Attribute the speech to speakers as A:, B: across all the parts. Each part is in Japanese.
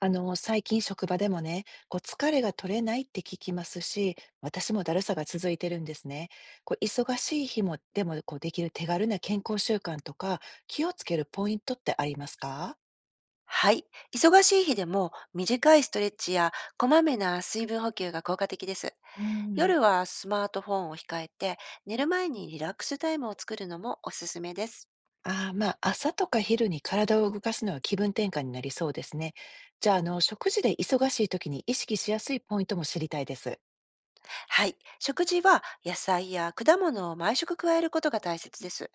A: 最近職場でもね、こう疲れが取れないって聞きますし、私もだるさが続いてるんですね。こう忙しい日も、でもこうできる手軽な健康習慣とか、気をつけるポイントってありますか？
B: はい。忙しい日でも短いストレッチやこまめな水分補給が効果的です。
A: うん。
B: 夜はスマートフォンを控えて寝る前にリラックスタイムを作るのもおすすめです。
A: ああ、まあ、朝とか昼に体を動かすのは気分転換になりそうですね。じゃあ、食事で忙しい時に意識しやすいポイントも知りたいです。
B: はい。食事は野菜や果物を毎食加えることが大切です。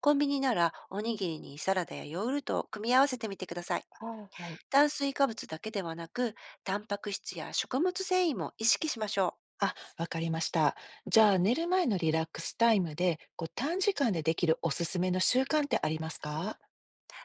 B: コンビニならおにぎりにサラダやヨーグルトを組み合わせてみてください。
A: あー、はい。
B: 炭水化物だけではなく、タンパク質や食物繊維も意識しましょう。
A: あ、わかりました。じゃあ、寝る前のリラックスタイムで、こう、短時間でできるおすすめの習慣ってありますか？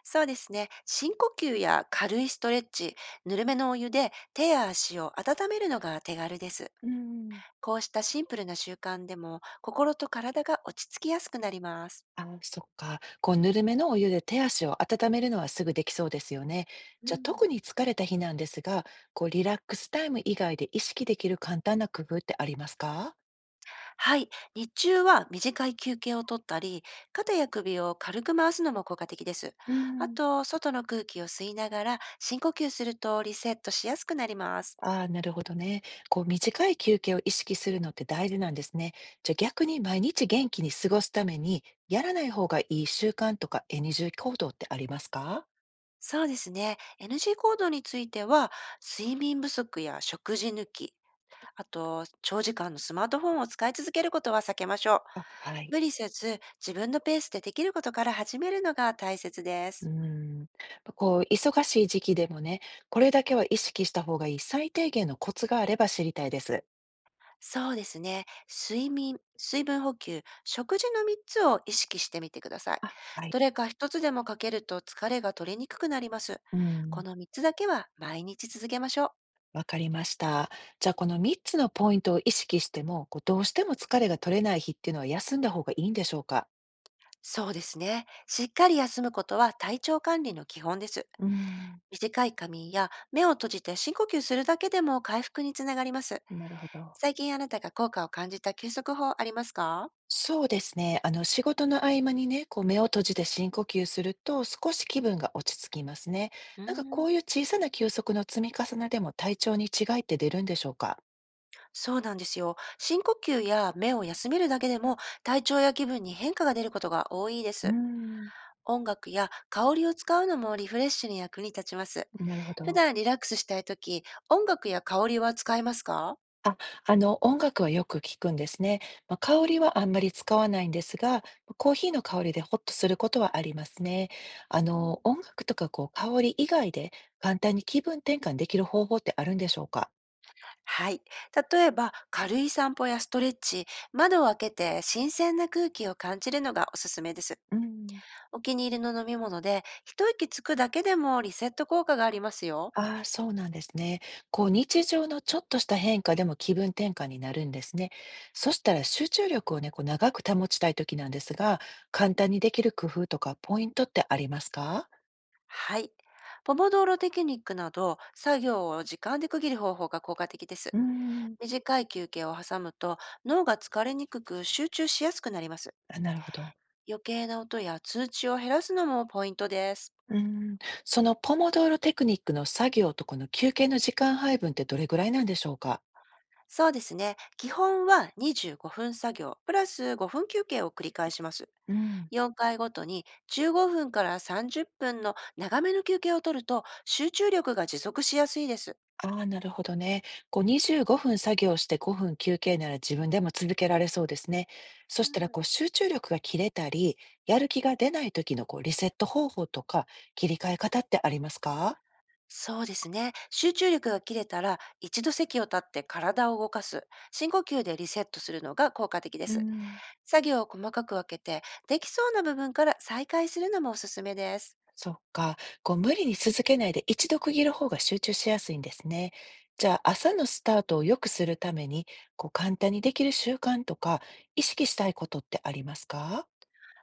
B: そうですね。深呼吸や軽いストレッチ、ぬるめのお湯で手や足を温めるのが手軽です。
A: うん。
B: こうしたシンプルな習慣でも心と体が落ち着きやすくなります。
A: あ、そっか。こう、ぬるめのお湯で手足を温めるのはすぐできそうですよね。
B: う
A: じゃあ、
B: ん、
A: 特に疲れた日なんですが、こう、リラックスタイム以外で意識できる簡単な工夫ってありますか？
B: はい。日中は短い休憩をとったり、肩や首を軽く回すのも効果的です。
A: う
B: あ
A: ん。
B: と、外の空気を吸いながら深呼吸するとリセットしやすくなります。
A: ああ、なるほどね。こう、短い休憩を意識するのって大事なんですね。じゃあ逆に毎日元気に過ごすために、やらない方がいい習慣とか n ー行動ってありますか？
B: そうですね。NG 行動については、睡眠不足や食事抜き、あと、長時間のスマートフォンを使い続けることは避けましょう。
A: あ、はい。
B: 無理せず、自分のペースでできることから始めるのが大切で
A: う
B: す。
A: ーん。こう、忙しい時期でもね、これだけは意識した方がいい最低限のコツがあれば知りたいです。
B: そうですね。睡眠、水分補給、食事の3つを意識してみてください。
A: はい。
B: どれか1つでも欠けると疲れが取れにくくなります。
A: う
B: こ
A: ん。
B: の3つだけは毎日続けましょう。
A: わかりました。じゃあこの3つのポイントを意識しても、こうどうしても疲れが取れない日っていうのは休んだ方がいいんでしょうか？
B: そうですね。しっかり休むことは体調管理の基本です。
A: うん。
B: 短い仮眠や目を閉じて深呼吸するだけでも回復につながります。
A: なるほど。
B: 最近あなたが効果を感じた休息法ありますか？
A: そうですね。仕事の合間にね、こう目を閉じて深呼吸すると少し気分が落ち着きますね。
B: うー
A: なんかこ
B: ん、
A: ういう小さな休息の積み重ねでも体調に違いって出るんでしょうか？
B: そうなんですよ。深呼吸や目を休めるだけでも体調や気分に変化が出ることが多いで
A: うー
B: す。
A: ん、
B: 音楽や香りを使うのもリフレッシュに役に立ちます。
A: なるほ
B: 普
A: ど。
B: 段リラックスしたいとき、音楽や香りは使いますか？
A: あ、音楽はよく聞くんですね。まあ、
B: う
A: 香り
B: ん
A: はあんまり使わないんですが、まコーヒーの香りでホッとすることはありますね。
B: うん、
A: 音楽とかこう香り以外で簡単に気分転換できる方法ってあるんでしょうか？
B: はい。例えば、軽い散歩やストレッチ、窓を開けて新鮮な空気を感じるのがおすすめです。
A: うん。
B: お気に入りの飲み物で一息つくだけでもリセット効果がありますよ。
A: ああ、そうなんですね。こう、日常のちょっとした変化でも気分転換になるんですね。そしたら集中力をね、こう長く保ちたいときなんですが、簡単にできる工夫とかポイントってありますか？
B: はい。ポモドーロテクニックなど作業を時間で区切る方法が効果的で
A: う
B: す。
A: ーん、
B: 短い休憩を挟むと脳が疲れにくく集中しやすくなります。
A: あ、なるほど。
B: 余計な音や通知を減らすのもポイントです。
A: うーん。そのポモドーロテクニックの作業とこの休憩の時間配分ってどれぐらいなんでしょうか？
B: そうですね。基本は25分作業プラス5分休憩を繰り返します。
A: うん。
B: 4回ごとに15分から30分の長めの休憩を取ると集中力が持続しやすいです。
A: ああ、なるほどね。こう25分作業して5分休憩なら自分でも続けられそうですね。そ
B: う
A: したら
B: ん。
A: こう集中力が切れたり、やる気が出ない時のこうリセット方法とか切り替え方ってありますか？
B: そうですね。集中力が切れたら一度席を立って体を動かす、深呼吸でリセットするのが効果的で
A: う
B: す。
A: ん、
B: 作業を細かく分けてできそうな部分から再開するのもおすすめです。
A: そっか。こう無理に続けないで一度区切る方が集中しやすいんですね。じゃあ朝のスタートを良くするために、こう簡単にできる習慣とか意識したいことってありますか？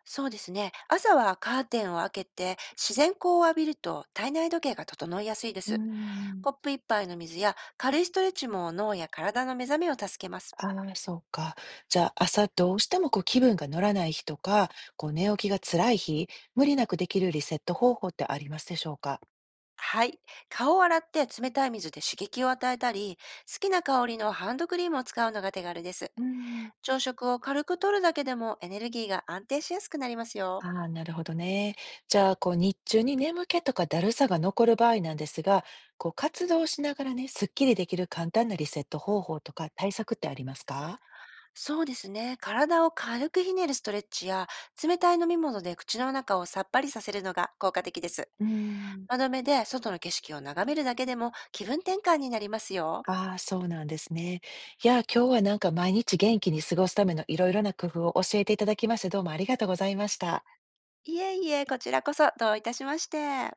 B: そうですね。朝はカーテンを開けて自然光を浴びると体内時計が整いやすいで
A: う
B: す。
A: ん。
B: コップ一杯の水や軽いストレッチも脳や体の目覚めを助けます。
A: ああ、そうか。じゃあ、朝どうしてもこう気分が乗らない日とか、こう寝起きが辛い日、無理なくできるリセット方法ってありますでしょうか？
B: はい。顔を洗って冷たい水で刺激を与えたり、好きな香りのハンドクリームを使うのが手軽です。
A: うん。
B: 朝食を軽く取るだけでもエネルギーが安定しやすくなりますよ。
A: ああ、なるほどね。じゃあ、こう日中に眠気とかだるさが残る場合なんですが、こう活動しながらね、すっきりできる簡単なリセット方法とか対策ってありますか？
B: そうですね。体を軽くひねるストレッチや冷たい飲み物で口の中をさっぱりさせるのが効果的です。
A: うん。
B: 窓目で外の景色を眺めるだけでも気分転換になりますよ。
A: ああ、そうなんですね。いや、今日はなんか毎日元気に過ごすためのいろいろな工夫を教えていただきまして、どうもありがとうございました。
B: いえいえ、こちらこそどういたしまして。